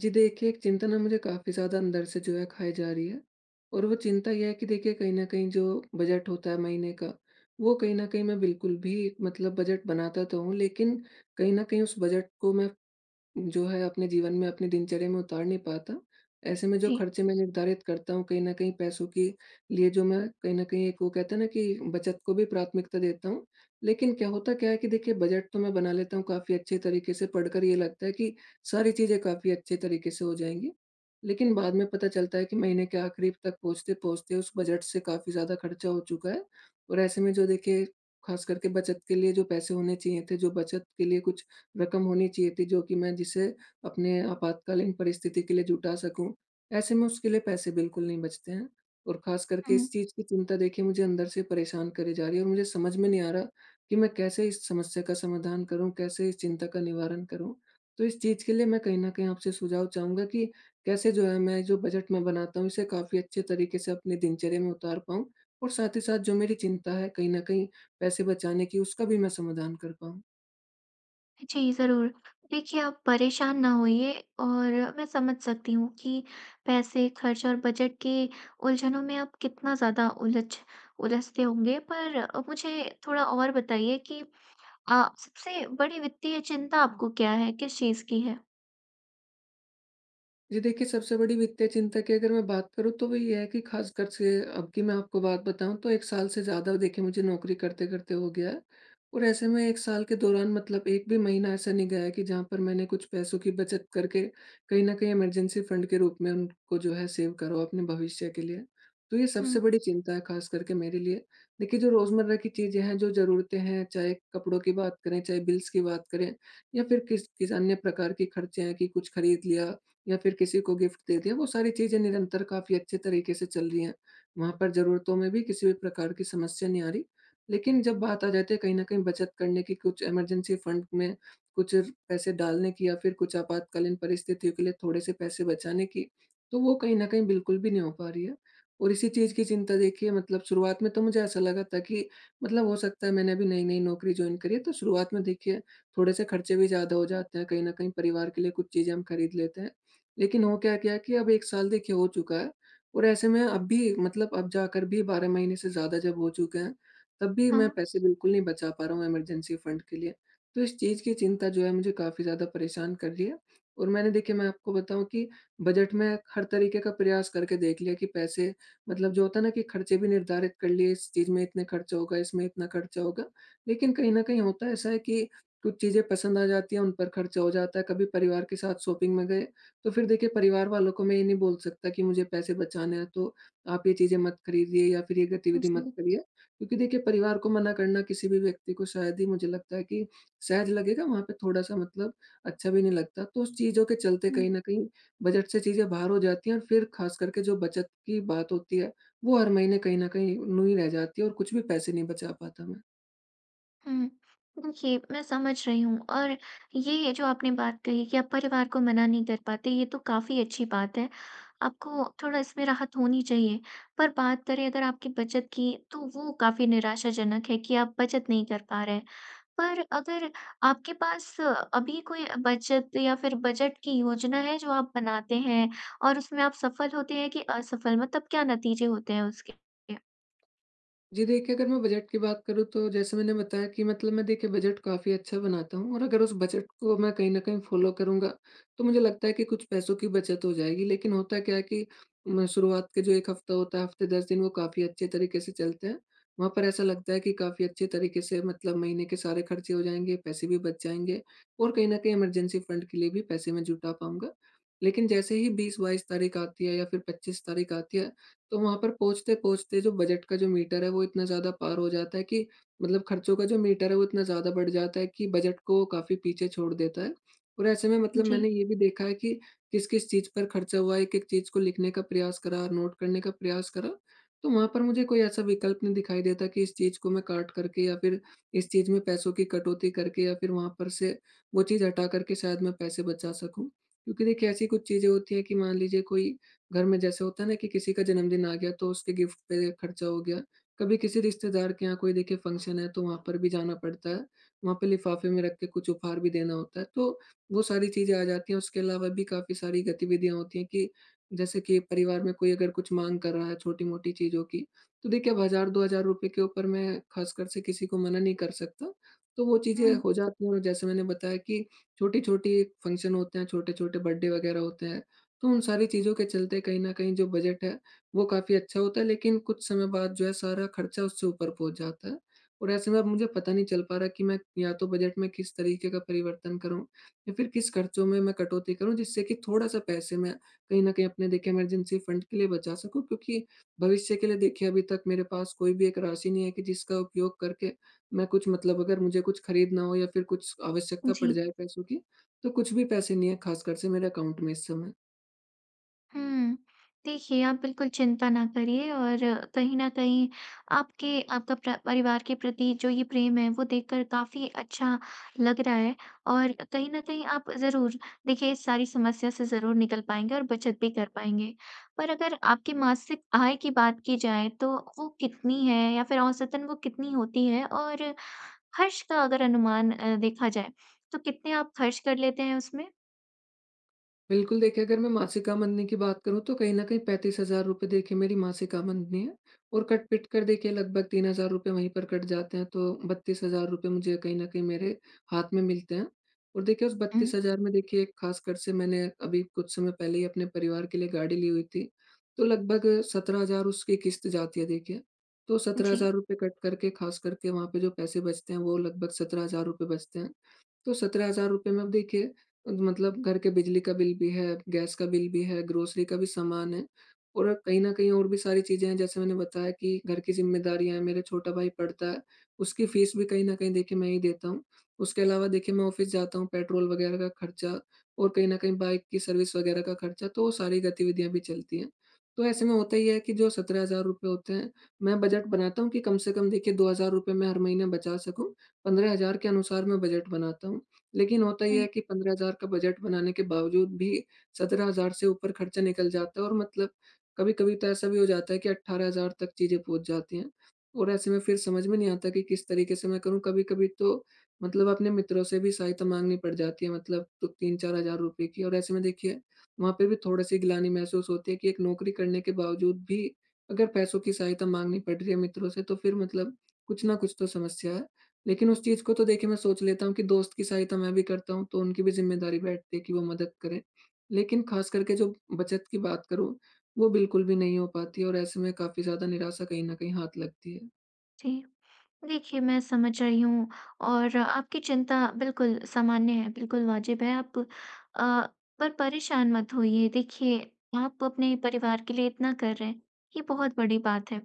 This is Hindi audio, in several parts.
जी देखिए, एक चिंता ना मुझे काफ़ी ज़्यादा अंदर से जो है खाए जा रही है। और वो चिंता ये है कि देखिए कहीं न कहीं जो बजट होता है महीने का, वो कहीं न कहीं मैं बिल्कुल भी मतलब बजट बनाता तो हूँ, लेकिन कहीं न कहीं उस बजट को मैं जो है अपने जीवन में, अपनी दिनचर्या में उतार नहीं पाता। ऐसे में जो जी, खर्चे मैं निर्धारित करता हूँ, कहीं न कहीं पैसों के लिए जो मैं कहीं न कहीं एक वो कहते हैं ना कि बचत को भी प्राथमिकता देता हूँ। लेकिन क्या होता क्या है कि देखिए बजट तो मैं बना लेता हूँ काफ़ी अच्छे तरीके से, पढ़कर ये लगता है कि सारी चीज़ें काफ़ी अच्छे तरीके से हो जाएँगी। लेकिन बाद में पता चलता है कि महीने के आखिरी तक पहुँचते-पहुँचते उस बजट से काफ़ी ज़्यादा खर्चा हो चुका है। और ऐसे में जो देखिए ख़ास करके बचत के लिए जो पैसे होने चाहिए थे, जो बचत के लिए कुछ रकम होनी चाहिए थी, जो कि मैं जिसे अपने आपातकालीन परिस्थिति के लिए जुटा सकूँ। ऐसे में उसके लिए पैसे बिल्कुल नहीं बचते हैं। और ख़ास करके हुँ। इस चीज़ की चिंता देखिए मुझे अंदर से परेशान करे जा रही है और मुझे समझ में नहीं आ रहा कि मैं कैसे इस समस्या का समाधान करूँ, कैसे इस चिंता का निवारण करूँ? तो इस चीज़ के लिए मैं कहीं न कहीं आपसे सुझाव चाहूँगा कि कैसे जो है मैं जो बजट मैं बनाता हूँ, इसे काफ़ी अच्छे तरीके से अपनी दिनचर्या में उतार पाऊँ, और साथ ही साथ जो मेरी चिंता है कहीं न कहीं पैसे बचाने की, उसका भी मैं समाधान कर पाऊँ? जी, ज़रूर। देखिए, आप परेशान ना होइए और मैं समझ सकती हूँ कि पैसे, खर्च और बजट के उलझनों में आप कितना ज़्यादा उलझते होंगे। पर मुझे थोड़ा और बताइए कि सबसे बड़ी वित्तीय चिंता आपको क्या है? किस चीज़ की है? जी देखिए, सबसे बड़ी वित्तीय चिंता की अगर मैं बात करूँ तो वो ये है कि ख़ासकर से अब की मैं आपको बात बताऊँ तो 1 साल से ज़्यादा देखिए मुझे नौकरी करते-करते हो गया है। और ऐसे में 1 साल के दौरान मतलब 1 भी महीना ऐसा नहीं गया है कि जहाँ पर मैंने कुछ पैसों की बचत करके कहीं न कहीं इमरजेंसी फ़ंड के रूप में उनको जो है सेव करो अपने भविष्य के लिए। तो ये हुँ। सबसे बड़ी चिंता है ख़ास करके मेरे लिए। देखिए जो रोज़मर्रा की चीज़ें हैं, जो ज़रूरतें हैं, चाहे कपड़ों की बात करें, चाहे बिल्स की बात करें या फिर किस किस अन्य प्रकार के खर्चे हैं कि कुछ खरीद लिया या फिर किसी को गिफ्ट दे दिया, वो सारी चीज़ें निरंतर काफ़ी अच्छे तरीके से चल रही हैं। वहाँ पर ज़रूरतों में भी किसी भी प्रकार की समस्या नहीं आ रही। लेकिन जब बात आ जाती है कहीं न कहीं बचत करने की, कुछ इमरजेंसी फंड में कुछ पैसे डालने की या फिर कुछ आपातकालीन परिस्थितियों के लिए थोड़े से पैसे बचाने की, तो वो कहीं न कहीं बिल्कुल भी नहीं हो पा रही है। और इसी चीज़ की चिंता देखिए मतलब शुरुआत में तो मुझे ऐसा लगा था कि मतलब हो सकता है मैंने अभी नई-नई नौकरी जॉइन करी है, तो शुरुआत में देखिए थोड़े से खर्चे भी ज़्यादा हो जाते हैं, कहीं न कहीं परिवार के लिए कुछ चीज़ें हम खरीद लेते हैं। लेकिन हो क्या गया कि अब 1 साल देखिए हो चुका है, और ऐसे में अब भी मतलब अब जाकर भी 12 महीने से ज़्यादा जब हो चुके हैं, तब भी मैं हाँ, पैसे बिल्कुल नहीं बचा पा रहा हूँ इमरजेंसी फंड के लिए। तो इस चीज़ की चिंता जो है मुझे काफ़ी ज़्यादा परेशान कर रही है। और मैंने देखिए मैं आपको बताऊँ कि बजट में हर तरीके का प्रयास करके देख लिया कि पैसे मतलब जो होता है ना कि खर्चे भी निर्धारित कर लिए, इस चीज़ में इतने खर्चा होगा, इसमें इतना खर्चा होगा। लेकिन कहीं न कहीं होता ऐसा है कि कुछ चीज़ें पसंद आ जाती हैं, उन पर खर्चा हो जाता है, कभी परिवार के साथ शॉपिंग में गए तो फिर देखिए परिवार वालों को मैं ये नहीं बोल सकता कि मुझे पैसे बचाने हैं तो आप ये चीज़ें मत खरीदिए या फिर ये गतिविधि मत जी। करिए। क्योंकि देखिए परिवार को मना करना किसी भी व्यक्ति को शायद ही मुझे लगता है कि सहज लगेगा, वहाँ पे थोड़ा-सा मतलब अच्छा भी नहीं लगता। तो उस चीज़ों के चलते हुँ। कहीं न कहीं बजट से चीज़ें बाहर हो जाती हैं और फिर ख़ास करके जो बचत की बात होती है, वो हर महीने कहीं न कहीं यूँ ही रह जाती है और कुछ भी पैसे नहीं बचा पाता मैं। हुँ। देखिए, मैं समझ रही हूँ और ये जो आपने बात कही कि आप परिवार को मना नहीं कर पाते, ये तो काफ़ी अच्छी बात है। आपको थोड़ा इसमें राहत होनी चाहिए। पर बात करें अगर आपकी बचत की, तो वो काफ़ी निराशाजनक है कि आप बचत नहीं कर पा रहे हैं। पर अगर आपके पास अभी कोई बचत या फिर बजट की योजना है जो आप बनाते हैं और उसमें आप सफल होते हैं कि असफल? मतलब क्या नतीजे होते हैं उसके? जी देखिए, अगर मैं बजट की बात करूँ तो जैसे मैंने बताया कि मतलब मैं देखिए बजट काफ़ी अच्छा बनाता हूँ, और अगर उस बजट को मैं कहीं न कहीं फ़ॉलो करूँगा, तो मुझे लगता है कि कुछ पैसों की बचत हो जाएगी। लेकिन होता क्या है कि म शुरुआत के जो 1 हफ़्ता होता है, हफ़्ते 10 दिन वो काफ़ी अच्छे तरीके से चलते हैं। वहाँ पर ऐसा लगता है कि काफ़ी अच्छे तरीके से मतलब महीने के सारे खर्चे हो जाएँगे, पैसे भी बच जाएँगे और कहीं न कहीं इमरजेंसी फ़ंड के लिए भी पैसे मैं जुटा पाऊँगा। लेकिन जैसे ही 20-22 तारीख आती है या फिर 25 तारीख आती है, तो वहाँ पर पहुँचते-पहुँचते जो बजट का जो मीटर है, वो इतना ज़्यादा पार हो जाता है कि मतलब खर्चों का जो मीटर है, वो इतना ज़्यादा बढ़ जाता है कि बजट को काफ़ी पीछे छोड़ देता है। और ऐसे में मतलब जी। मैंने ये भी देखा है कि किस-किस चीज़ पर खर्चा हुआ है, एक-एक चीज़ को लिखने का प्रयास करा, नोट करने का प्रयास करा, तो वहाँ पर मुझे कोई ऐसा विकल्प नहीं दिखाई देता कि इस चीज़ को मैं काट करके या फिर इस चीज़ में पैसों की कटौती करके या फिर वहाँ पर से वो चीज़ हटा करके शायद मैं पैसे बचा सकूँ। क्योंकि देखिए, ऐसी कुछ चीज़ें होती हैं कि मान लीजिए कोई घर में जैसे होता है ना कि किसी का जन्मदिन आ गया तो उसके गिफ्ट पे खर्चा हो गया। कभी किसी रिश्तेदार के यहाँ कोई देखिए फंक्शन है तो वहाँ पर भी जाना पड़ता है। वहाँ पे लिफ़ाफ़े में रख के कुछ उपहार भी देना होता है। तो वो सारी चीज़ें आ जाती हैं। उसके अलावा भी काफ़ी सारी गतिविधियाँ होती हैं कि जैसे कि परिवार में कोई अगर कुछ माँग कर रहा है छोटी-मोटी चीज़ों की, तो देखिए अब ₹1000-2,000 के ऊपर मैं ख़ासकर से किसी को मना नहीं कर सकता। तो वो चीज़ें हुँ, हो जाती हैं, और जैसे मैंने बताया कि छोटी-छोटी फंक्शन होते हैं, छोटे-छोटे बर्थडे वग़ैरह होते हैं। तो उन सारी चीज़ों के चलते कहीं न कहीं जो बजट है, वो काफ़ी अच्छा होता है, लेकिन कुछ समय बाद जो है सारा खर्चा उससे ऊपर पहुँच जाता है। और ऐसे में अब मुझे पता नहीं चल पा रहा कि मैं या तो बजट में किस तरीके का परिवर्तन करूँ या फिर किस खर्चों में मैं कटौती करूँ जिससे कि थोड़ा-सा पैसे मैं कहीं न कहीं अपने देखिए इमरजेंसी फंड के लिए बचा सकूँ, क्योंकि भविष्य के लिए देखिए अभी तक मेरे पास कोई भी एक राशि नहीं है कि जिसका उपयोग करके मैं कुछ मतलब अगर मुझे कुछ खरीदना हो या फिर कुछ आवश्यकता जी। पड़ जाए पैसों की, तो कुछ भी पैसे नहीं है ख़ासकर से मेरे अकाउंट में इस समय। हुँ। देखिए, आप बिल्कुल चिंता ना करिए और कहीं न कहीं आपके आपका प्र परिवार के प्रति जो ये प्रेम है, वो देखकर काफ़ी अच्छा लग रहा है और कहीं न कहीं आप ज़रूर देखिए इस सारी समस्या से ज़रूर निकल पाएँगे और बचत भी कर पाएँगे। पर अगर आपकी मासिक आय की बात की जाए तो वो कितनी है या फिर औसतन वो कितनी होती है? और खर्च का अगर अनुमान देखा जाए, तो कितने आप खर्च कर लेते हैं उसमें? बिल्कुल, देखिए अगर मैं मासिक आमदनी की बात करूँ तो कहीं न कहीं ₹35,000 देखिए मेरी मासिक आमदनी है, और कट-पिट कर देखिए लगभग ₹3,000 वहीं पर कट जाते हैं, तो ₹32,000 मुझे कहीं न कहीं मेरे हाथ में मिलते हैं। और देखिए उस हुँ, 32,000 में देखिए एक खासकर से मैंने अभी कुछ समय पहले ही अपने परिवार के लिए गाड़ी ली हुई थी, तो लगभग 17,000 उसकी किश्त जाती है देखिए। तो जी। ₹17,000 कट करके खास करके वहाँ पे जो पैसे बचते हैं वो लगभग ₹17,000 बचते हैं। तो 17,000 में अब देखिए मतलब घर के बिजली का बिल भी है, गैस का बिल भी है, ग्रोसरी का भी सामान है, और कहीं न कहीं और भी सारी चीज़ें हैं, जैसे मैंने बताया कि घर की ज़िम्मेदारियाँ हैं, मेरा छोटा भाई पढ़ता है, उसकी फ़ीस भी कहीं न कहीं देखिए मैं ही देता हूँ। उसके अलावा देखिए मैं ऑफ़िस जाता हूँ, पेट्रोल वग़ैरह का खर्चा और कहीं न कहीं बाइक की सर्विस वग़ैरह का खर्चा, तो वो सारी गतिविधियाँ भी चलती हैं। तो ऐसे में होता ही है कि जो ₹17,000 होते हैं, मैं बजट बनाता हूँ कि कम से कम देखिए ₹2,000 मैं हर महीने बचा सकूँ, 15,000 के अनुसार मैं बजट बनाता हूँ। लेकिन होता ये हुँ, है कि 15,000 का बजट बनाने के बावजूद भी 17,000 से ऊपर खर्चा निकल जाता है, और मतलब कभी-कभी तो ऐसा भी हो जाता है कि 18,000 तक चीज़ें पहुँच जाती हैं। और ऐसे में फिर समझ में नहीं आता कि किस तरीके से मैं करूँ। कभी-कभी तो मतलब अपने मित्रों से भी सहायता माँगनी पड़ जाती है मतलब तो 3-4,000 रुपए की, और ऐसे में देखिए वहाँ पे भी थोड़ी-सी ग्लानि महसूस होती है कि एक नौकरी करने के बावजूद भी अगर पैसों की सहायता माँगनी पड़ रही है मित्रों से तो फिर मतलब कुछ ना कुछ तो समस्या है। लेकिन उस चीज़ को तो देखिए मैं सोच लेता हूँ कि दोस्त की सहायता मैं भी करता हूँ, तो उनकी भी ज़िम्मेदारी बैठती है कि वो मदद करें। लेकिन ख़ास करके जो बचत की बात करूँ, वो बिल्कुल भी नहीं हो पाती है, और ऐसे में काफ़ी ज़्यादा निराशा कहीं न कहीं हाथ लगती है। जी। देखिए, मैं समझ रही हूँ और आपकी चिंता बिल्कुल सामान्य है, बिल्कुल वाजिब है। पर परेशान मत होइए। देखिए, आप अपने परिवार के लिए इतना कर रहे हैं, ये बहुत बड़ी बात है।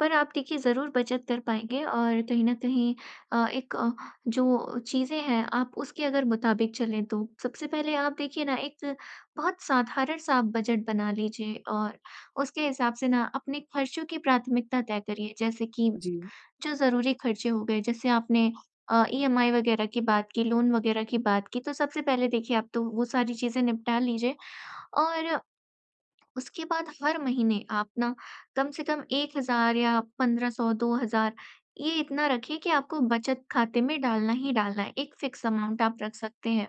पर आप देखिए ज़रूर बचत कर पाएँगे और कहीं न कहीं एक जो चीज़ें हैं आप उसके अगर मुताबिक चलें तो। सबसे पहले आप देखिए ना एक बहुत साधारण-सा आप बजट बना लीजिए और उसके हिसाब से ना अपने खर्चों की प्राथमिकता तय करिए। जैसे कि जी। जो ज़रूरी खर्चे हो गए, जैसे आपने ईएमआई वगैरह की बात की, लोन वगैरह की बात की, तो सबसे पहले देखिए आप तो वो सारी चीज़ें निपटा लीजिए और उसके बाद हर महीने आप ना कम से कम 1,000 या 1,500, 2,000 ये इतना रखिए कि आपको बचत खाते में डालना ही डालना है, एक फ़िक्स अमाउंट आप रख सकते हैं।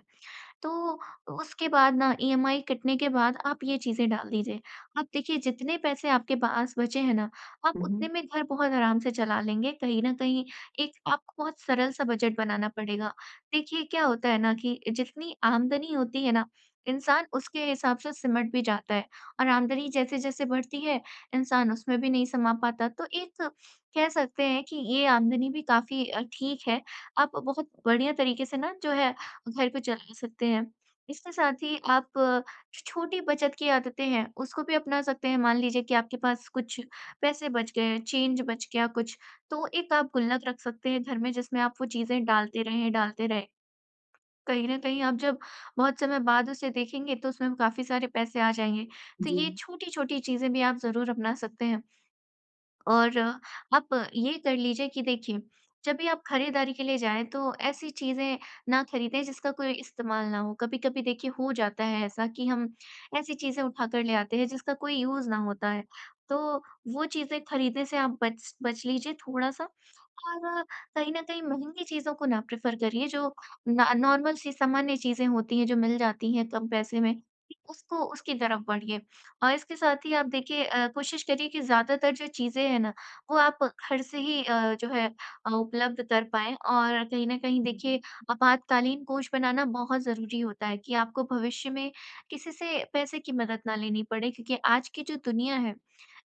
तो उसके बाद ना ईएमआई कटने के बाद आप ये चीज़ें डाल दीजिए। आप देखिए जितने पैसे आपके पास बचे हैं ना, आप हुँ, उतने हुँ। में घर बहुत आराम से चला लेंगे। कहीं न कहीं एक आपको बहुत सरल सा बजट बनाना पड़ेगा। देखिए क्या होता है ना कि जितनी आमदनी होती है ना, इंसान उसके हिसाब से सिमट भी जाता है और आमदनी जैसे-जैसे बढ़ती है, इंसान उसमें भी नहीं समा पाता। तो एक कह सकते हैं कि ये आमदनी भी काफ़ी ठीक है। आप बहुत बढ़िया तरीके से ना जो है घर पे चला सकते हैं। इसके साथ ही आप जो छोटी बचत की आदतें हैं, उसको भी अपना सकते हैं। मान लीजिए कि आपके पास कुछ पैसे बच गए, चेंज बच गया कुछ, तो एक आप गुल्लक रख सकते हैं घर में जिसमें आप वो चीज़ें डालते रहें, डालते रहें। कहीं न कहीं आप जब बहुत समय बाद उसे देखेंगे तो उसमें काफ़ी सारे पैसे आ जाएँगे। तो जी। ये छोटी-छोटी चीज़ें भी आप ज़रूर अपना सकते हैं। और आप ये कर लीजिए कि देखिए, जब भी आप खरीदारी के लिए जाएँ तो ऐसी चीज़ें ना खरीदें जिसका कोई इस्तेमाल ना हो। कभी-कभी देखिए हो जाता है ऐसा कि हम ऐसी चीज़ें उठाकर ले आते हैं जिसका कोई यूज़ ना होता है। तो वो चीज़ें खरीदने से आप बच बच लीजिए थोड़ा-सा और कहीं न कहीं महँगी चीज़ों को ना प्रेफ़र करिए जो ना नॉर्मल सी सामान्य चीज़ें होती हैं जो मिल जाती हैं कम पैसे में, उसको उसकी तरफ बढ़िए। और इसके साथ ही आप देखिए कोशिश करिए कि ज़्यादातर जो चीज़ें हैं ना, वो आप घर से ही जो है उपलब्ध कर पाएँ और कहीं न कहीं हुँ, देखिए हुँ। आपातकालीन कोष बनाना बहुत ज़रूरी होता है कि आपको भविष्य में किसी से पैसे की मदद ना लेनी पड़े क्योंकि आज की जो दुनिया है,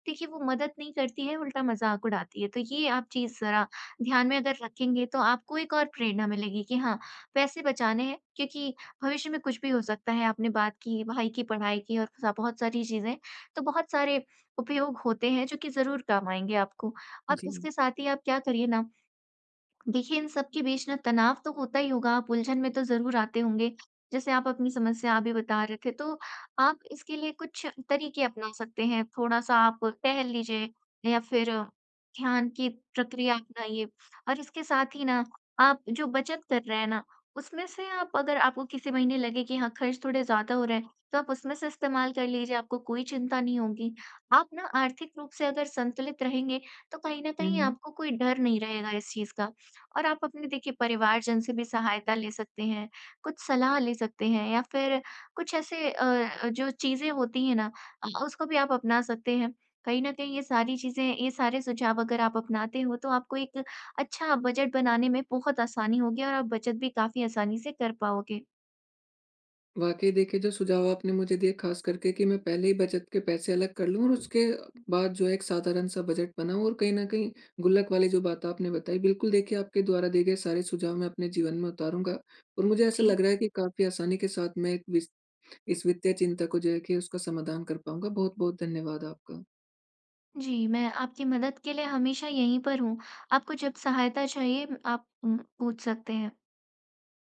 देखिए वो मदद नहीं करती है, उल्टा मज़ाक उड़ाती है। तो ये आप चीज़ ज़रा ध्यान में अगर रखेंगे तो आपको एक और प्रेरणा मिलेगी कि हाँ, पैसे बचाने हैं क्योंकि भविष्य में कुछ भी हो सकता है। आपने बात की भाई की पढ़ाई की और स बहुत सारी चीज़ें, तो बहुत सारे उपयोग होते हैं जो कि ज़रूर काम आएँगे आपको। अब जी। इसके साथ ही आप क्या करिए ना देखिए, इन सब के बीच ना तनाव तो होता ही होगा, आप उलझन में तो ज़रूर आते होंगे। जैसे आप अपनी समस्या अभी बता रहे थे, तो आप इसके लिए कुछ तरीके अपना सकते हैं। थोड़ा-सा आप टहल लीजिए या फिर ध्यान की प्रक्रिया अपनाइए और इसके साथ ही ना, आप जो बचत कर रहे हैं ना, उसमें से आप अगर आपको किसी महीने लगे कि हाँ, खर्च थोड़े ज़्यादा हो रहे हैं, तो आप उसमें से इस्तेमाल कर लीजिए, आपको कोई चिंता नहीं होगी। आप ना आर्थिक रूप से अगर संतुलित रहेंगे, तो कहीं न हुँ, कहीं हुँ। आपको कोई डर नहीं रहेगा इस चीज़ का। और आप अपने देखिए परिवारजन से भी सहायता ले सकते हैं, कुछ सलाह ले सकते हैं या फिर कुछ ऐसे जो चीज़ें होती हैं ना उसको भी आप अपना सकते हैं। कहीं न कहीं ये सारी चीज़ें ये सारे सुझाव अगर आप अपनाते हो तो आपको एक अच्छा बजट बनाने में बहुत आसानी होगी और आप बचत भी काफ़ी आसानी से कर पाओगे। वाक़ई देखिए, जो सुझाव आपने मुझे दिए ख़ास करके कि मैं पहले ही बचत के पैसे अलग कर लूँ और उसके बाद जो है एक साधारण-सा बजट बनाऊँ, और कहीं न कहीं गुल्लक वाली जो बात आपने बताई, बिल्कुल देखिए आपके द्वारा दिए गए सारे सुझाव मैं अपने जीवन में उतारूँगा, और मुझे ऐसा जी। लग रहा है कि काफ़ी आसानी के साथ मैं एक विस इस वित्तीय चिंता को जो है कि उसका समाधान कर पाऊँगा। बहुत-बहुत धन्यवाद आपका। जी, मैं आपकी मदद के लिए हमेशा यहीं पर हूँ। आपको जब सहायता चाहिए आप पूछ सकते हैं।